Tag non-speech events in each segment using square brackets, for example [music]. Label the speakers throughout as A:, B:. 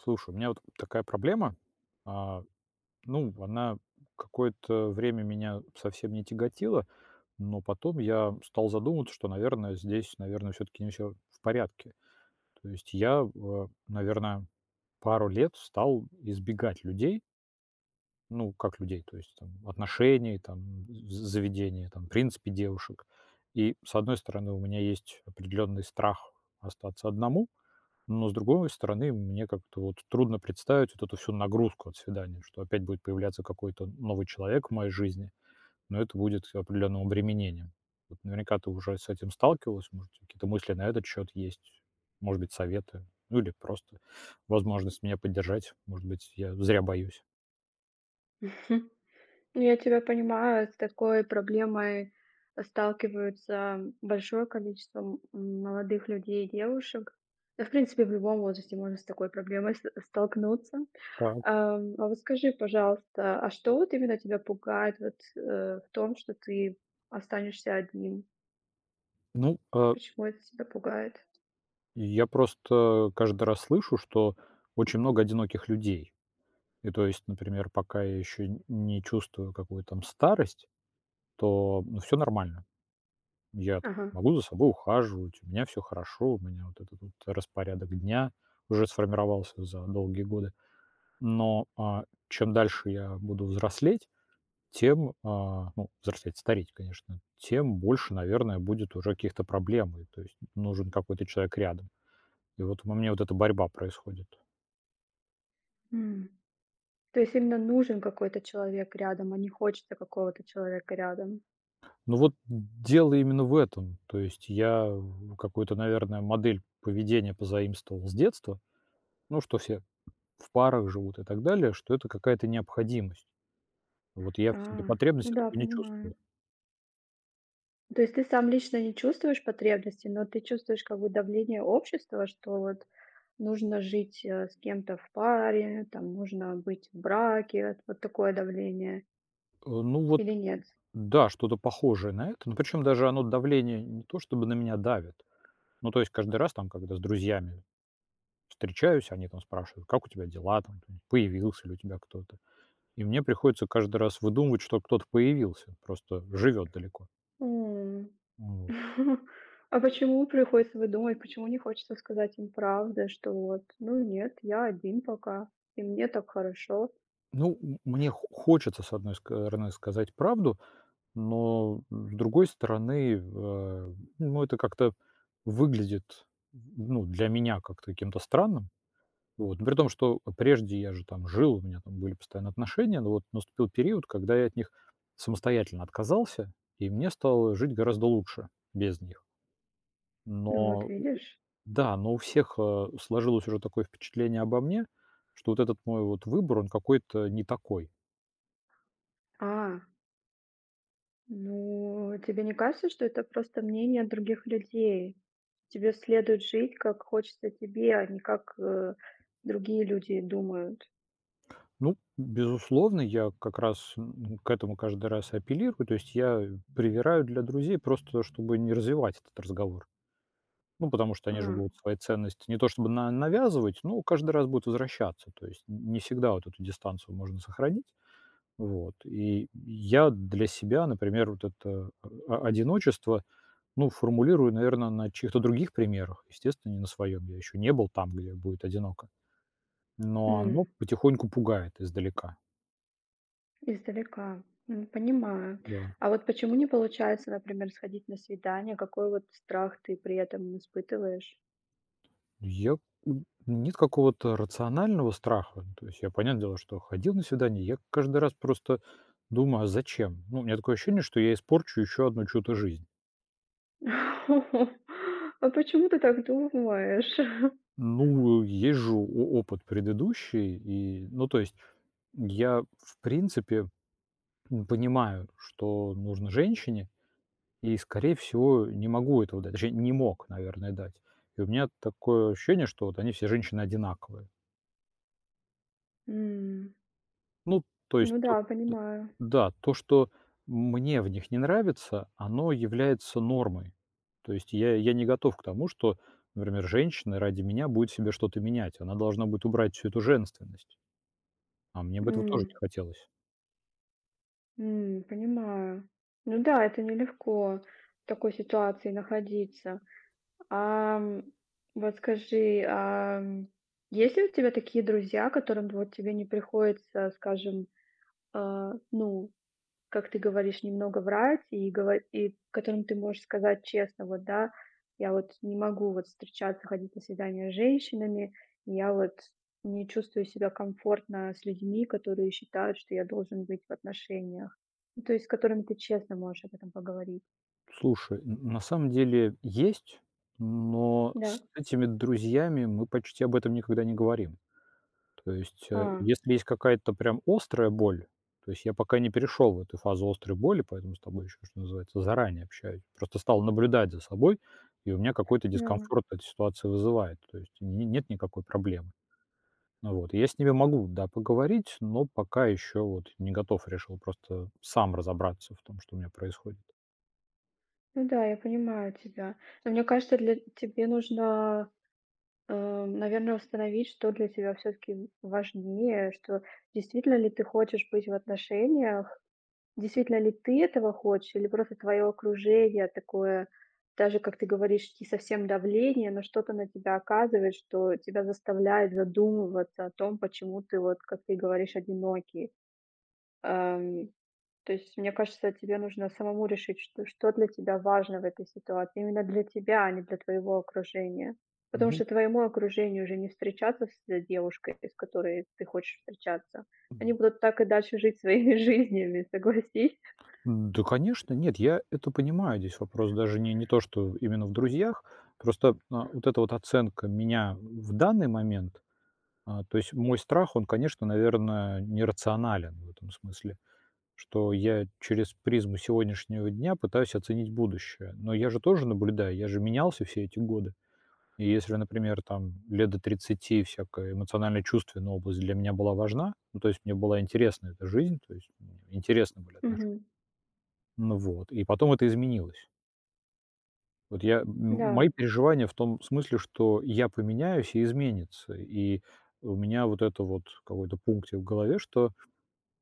A: Слушай, у меня вот такая проблема. А, ну, она какое-то время меня совсем не тяготила, но потом я стал задумываться, что, наверное, здесь, наверное, все-таки не все в порядке. То есть я, наверное, пару лет стал избегать людей, ну, как людей, то есть там, отношений, там, заведения, там, в принципе, девушек. И, с одной стороны, у меня есть определенный страх остаться одному, но, с другой стороны, мне как-то вот трудно представить вот эту всю нагрузку от свидания, что опять будет появляться какой-то новый человек в моей жизни, но это будет определенным обременением. Вот наверняка ты уже с этим сталкивалась, может, какие-то мысли на этот счет есть, может быть, советы, ну или просто возможность меня поддержать, может быть, я зря боюсь.
B: Мгм. Ну, я тебя понимаю, с такой проблемой сталкиваются большое количество молодых людей и девушек. Да, в принципе, в любом возрасте можно с такой проблемой столкнуться.
A: Так.
B: А вот скажи, пожалуйста, а что вот именно тебя пугает вот, в том, что ты останешься один?
A: Ну,
B: Почему это тебя пугает?
A: я просто каждый раз слышу, что очень много одиноких людей. И то есть, например, пока я еще не чувствую какую-то там старость, то, ну, все нормально. Я там
B: Ага.
A: могу за собой ухаживать, у меня все хорошо, у меня вот этот вот распорядок дня уже сформировался за долгие годы. Но, чем дальше я буду взрослеть, тем, ну, взрослеть, стареть, конечно, тем больше, наверное, будет уже каких-то проблем. И то есть нужен какой-то человек рядом. И вот у меня вот эта борьба происходит.
B: М. То есть именно нужен какой-то человек рядом, а не хочется какого-то человека рядом.
A: Ну, вот дело именно в этом. То есть я какую-то, наверное, модель поведения позаимствовал с детства. Ну, что все в парах живут и так далее, что это какая-то необходимость. Вот я
B: А,
A: в себе
B: ну
A: потребности
B: да,
A: такой не чувствую.
B: понимаю. То есть ты сам лично не чувствуешь потребности, но ты чувствуешь как бы давление общества, что вот нужно жить с кем-то в паре, там нужно быть в браке, вот такое давление,
A: Ну вот
B: или нет?
A: да, что-то похожее на это, но причем даже оно давление не то чтобы на меня давит. Ну, то есть каждый раз там, когда с друзьями встречаюсь, они там спрашивают: "Как у тебя дела там? Ты появился ли у тебя кто-то?" И мне приходится каждый раз выдумывать, что кто-то появился, просто живет далеко.
B: М.
A: Вот.
B: [laughs] А почему приходится выдумывать, почему не хочется сказать им правду, что вот, ну нет, я один пока, и мне так хорошо.
A: Ну, мне хо хочется, с одной стороны, сказать правду, но, с другой стороны, ну, это как-то выглядит, ну, для меня как-то каким-то странным. Вот. Ну, при том, что прежде я же там жил, у меня там были постоянные отношения, но вот наступил период, когда я от них самостоятельно отказался, и мне стало жить гораздо лучше без них.
B: Ну вот
A: Но
B: видишь.
A: да, но у всех, сложилось уже такое впечатление обо мне, что вот этот мой вот выбор, он какой-то не такой.
B: А, ну, тебе не кажется, что это просто мнение других людей? Тебе следует жить, как хочется тебе, а не как, другие люди думают.
A: Ну, безусловно, я как раз, к этому каждый раз и апеллирую. То есть я привираю для друзей просто, чтобы не развивать этот разговор. Ну, потому что
B: А,
A: они же будут свои ценности не то чтобы на навязывать, но каждый раз будут возвращаться. То есть не всегда вот эту дистанцию можно сохранить. Вот. И я для себя, например, вот это одиночество, ну, формулирую, наверное, на чьих-то других примерах. Естественно, не на своем. Я еще не был там, где будет одиноко. Но оно
B: м,
A: потихоньку пугает издалека.
B: издалека. Понимаю.
A: Да.
B: А вот почему не получается, например, сходить на свидание? Какой вот страх ты при этом испытываешь?
A: Я нет какого-то рационального страха. Ну, то есть я, понятное дело, что ходил на свидание, я каждый раз просто думаю, а зачем? Ну, у меня такое ощущение, что я испорчу еще одну чью-то жизнь.
B: [laughs] А почему ты так думаешь? [laughs]
A: Ну, есть же опыт предыдущий, и, ну, то есть я, в принципе, понимаю, что нужно женщине, и, скорее всего, не могу этого дать, точнее, не мог, наверное, дать. И у меня такое ощущение, что вот они все женщины одинаковые.
B: М,
A: Ну, то есть
B: ну
A: тут,
B: да,
A: д
B: понимаю.
A: да, то, что мне в них не нравится, оно является нормой. То есть я не готов к тому, что, например, женщина ради меня будет себе что-то менять. Она должна будет убрать всю эту женственность, а мне бы этого тоже не
B: М.
A: хотелось.
B: Понимаю. Ну да, это нелегко в такой ситуации находиться. Ам, вот скажи, есть ли у тебя такие друзья, которым вот тебе не приходится, скажем, ну, как ты говоришь, немного врать и гово и которым ты можешь сказать честно, вот, да: "Я вот не могу вот встречаться, ходить на свидания с женщинами, я вот не чувствую себя комфортно с людьми, которые считают, что я должен быть в отношениях". Ну, то есть с которыми ты честно можешь об этом поговорить.
A: Слушай, н на самом деле есть, но
B: Да?
A: с этими друзьями мы почти об этом никогда не говорим. То есть,
B: А,
A: если есть какая-то прям острая боль, то есть я пока не перешел в эту фазу острой боли, поэтому с тобой еще, что называется, заранее общаюсь. Просто стал наблюдать за собой, и у меня какой-то
B: да.
A: дискомфорт эта ситуация вызывает. То есть нет никакой проблемы. Ну вот. И я с ними могу, да, поговорить, но пока еще вот не готов, решил просто сам разобраться в том, что у меня происходит.
B: Ну да, я понимаю тебя. Но мне кажется, для тебе нужно наверное, установить, что для тебя все-таки важнее, что действительно ли ты хочешь быть в отношениях, действительно ли ты этого хочешь, или просто твое окружение такое, даже, как ты говоришь, не совсем давление, но что-то на тебя оказывает, что тебя заставляет задумываться о том, почему ты, вот, как ты говоришь, одинокий. Ам, то есть, мне кажется, тебе нужно самому решить, что для тебя важно в этой ситуации. Именно для тебя, а не для твоего окружения. Потому
A: Ну,
B: что твоему окружению уже не встречаться с девушкой, с которой ты хочешь встречаться. Они будут так и дальше жить своими [laughs] жизнями, согласись?
A: да, конечно, нет, я это понимаю. Здесь вопрос даже не то, что именно в друзьях, просто вот эта вот оценка меня в данный момент, то есть мой страх, он, конечно, наверное, нерационален в этом смысле, что я через призму сегодняшнего дня пытаюсь оценить будущее. Но я же тоже наблюдаю, я же менялся все эти годы. И если, например, там лет до 30 всякая эмоционально-чувственная область для меня была важна, ну, то есть мне была интересна эта жизнь, то есть мне интересны были отношения,
B: Мгм.
A: ну вот, и потом это изменилось. Вот я
B: Да.
A: мои переживания в том смысле, что я поменяюсь и изменится. И у меня вот это вот какой-то пунктик в голове, что,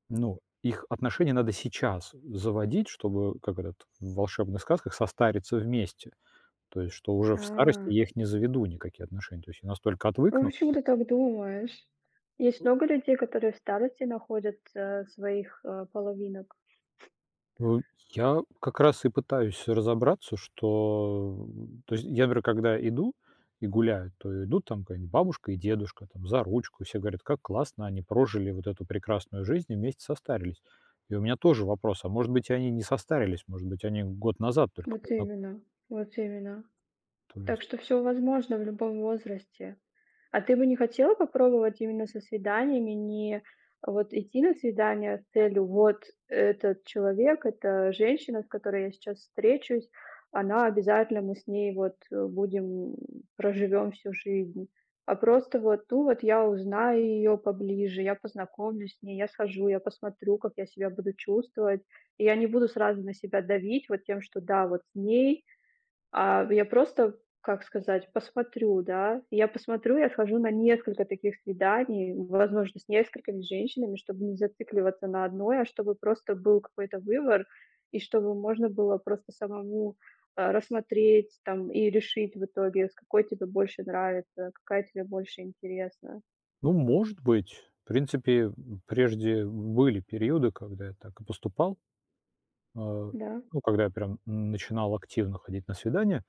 A: ну, их отношения надо сейчас заводить, чтобы, как этот в волшебных сказках, состариться вместе. То есть, что уже в старости
B: А,
A: я их не заведу, никакие отношения. То есть я настолько
B: ну
A: отвыкну.
B: почему ты так думаешь? Есть много людей, которые в старости находят, своих, половинок.
A: Ну, я как раз и пытаюсь разобраться, что, то есть я, например, когда иду и гуляю, то идут там какая-нибудь бабушка и дедушка там за ручку, и все говорят, как классно они прожили вот эту прекрасную жизнь и вместе состарились. И у меня тоже вопрос, а может быть, они не состарились, может быть, они год назад только
B: Вот
A: познакомились.
B: именно, вот именно.
A: То
B: Так
A: есть,
B: что все возможно в любом возрасте. А ты бы не хотела попробовать именно со свиданиями, не вот идти на свидание с целью: "Вот этот человек, эта женщина, с которой я сейчас встречусь, она обязательно мы с ней вот, будем, проживем всю жизнь". А просто вот: "Ну, вот я узнаю ее поближе, я познакомлюсь с ней, я схожу, я посмотрю, как я себя буду чувствовать". И я не буду сразу на себя давить вот тем, что да, вот с ней я просто, как сказать, посмотрю, да. Я посмотрю, я схожу на несколько таких свиданий, возможно, с несколькими женщинами, чтобы не зацикливаться на одной, а чтобы просто был какой-то выбор, и чтобы можно было просто самому, рассмотреть там и решить в итоге, с какой тебе больше нравится, какая тебе больше интересна.
A: ну, может быть, в принципе, прежде были периоды, когда я так и поступал, э,
B: Да,
A: ну, когда я прям начинал активно ходить на свидания.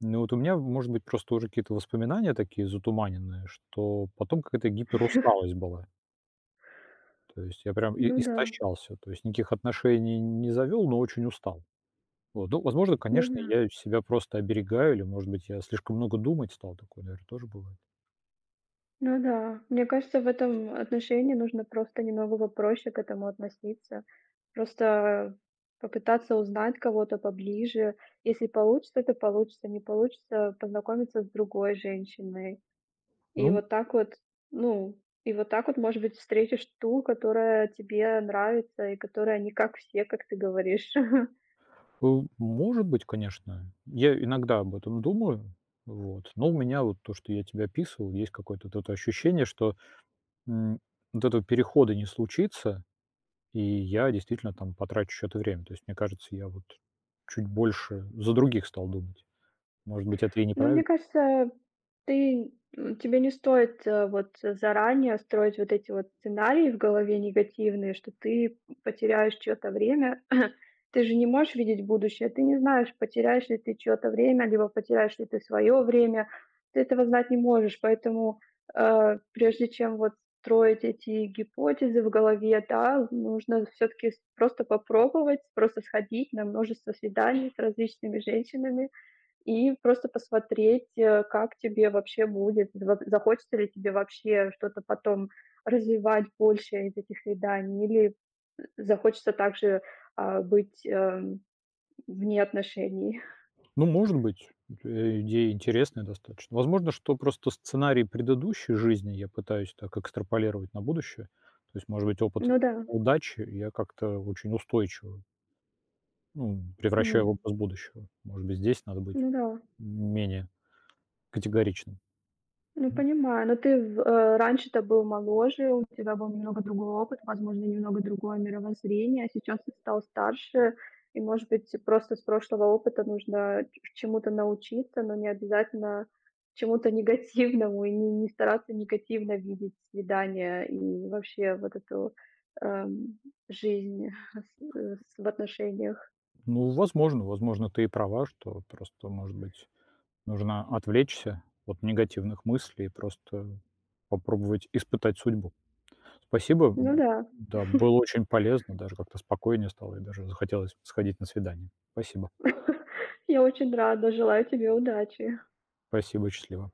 A: Ну, вот у меня, может быть, просто уже какие-то воспоминания такие затуманенные, что потом какая-то гиперусталость была. То есть я прям и
B: ну да,
A: истощался. То есть никаких отношений не завел, но очень устал. Вот. Ну, возможно,
B: ну
A: конечно,
B: да.
A: я себя просто оберегаю или, может быть, я слишком много думать стал. Такое, наверное, тоже бывает.
B: Ну да, мне кажется, в этом отношении нужно просто немного попроще к этому относиться. Просто попытаться узнать кого-то поближе. Если получится, то получится, не получится, познакомиться с другой женщиной. И
A: Ну,
B: вот так вот, ну, и вот так вот, может быть, встретишь ту, которая тебе нравится и которая не как все, как ты говоришь. [laughs]
A: э, может быть, конечно. Я иногда об этом думаю. Вот. Но у меня вот то, что я тебе описывал, есть какое-то вот это ощущение, что, м, вот этого перехода не случится. И я действительно там потрачу что то время. То есть, мне кажется, я вот чуть больше за других стал думать. Может быть, это и
B: Ну, мне
A: неправильно.
B: кажется, тебе не стоит, вот заранее строить вот эти вот сценарии в голове негативные, что ты потеряешь чьё-то время. [clears throat] Ты же не можешь видеть будущее, ты не знаешь, потеряешь ли ты чьё-то время, либо потеряешь ли ты свое время. Ты этого знать не можешь, поэтому, прежде чем вот строить эти гипотезы в голове, да, нужно все таки просто попробовать, просто сходить на множество свиданий с различными женщинами. И просто посмотреть, как тебе вообще будет, зва захочется ли тебе вообще что-то потом развивать больше из этих свиданий или захочется также, быть, вне отношений. [laughs]
A: Ну, может быть, идея интересная достаточно. Возможно, что просто сценарий предыдущей жизни я пытаюсь так экстраполировать на будущее. То есть, может быть, опыт
B: Ну да,
A: удачи я как-то очень устойчиво, ну, превращаю в
B: м,
A: образ будущего. Может быть, здесь надо быть
B: ну да.
A: менее категоричным.
B: Ну,
A: М,
B: понимаю, но ты раньше-то был моложе, у тебя был немного другой опыт, возможно, немного другое мировоззрение, а сейчас ты стал старше, и, может быть, просто с прошлого опыта нужно ч чему-то научиться, но не обязательно чему-то [laughs] негативному, и не стараться негативно видеть свидания и вообще вот эту, эм, жизнь [laughs] с э, с в отношениях.
A: ну, возможно, возможно, ты и права, что просто, может быть, нужно отвлечься от негативных мыслей и просто попробовать испытать судьбу. Спасибо,
B: Ну да.
A: да, было очень полезно, даже как-то спокойнее стало и даже захотелось сходить на свидание. Спасибо.
B: [laughs] Я очень рада, желаю тебе удачи.
A: Спасибо, счастливо.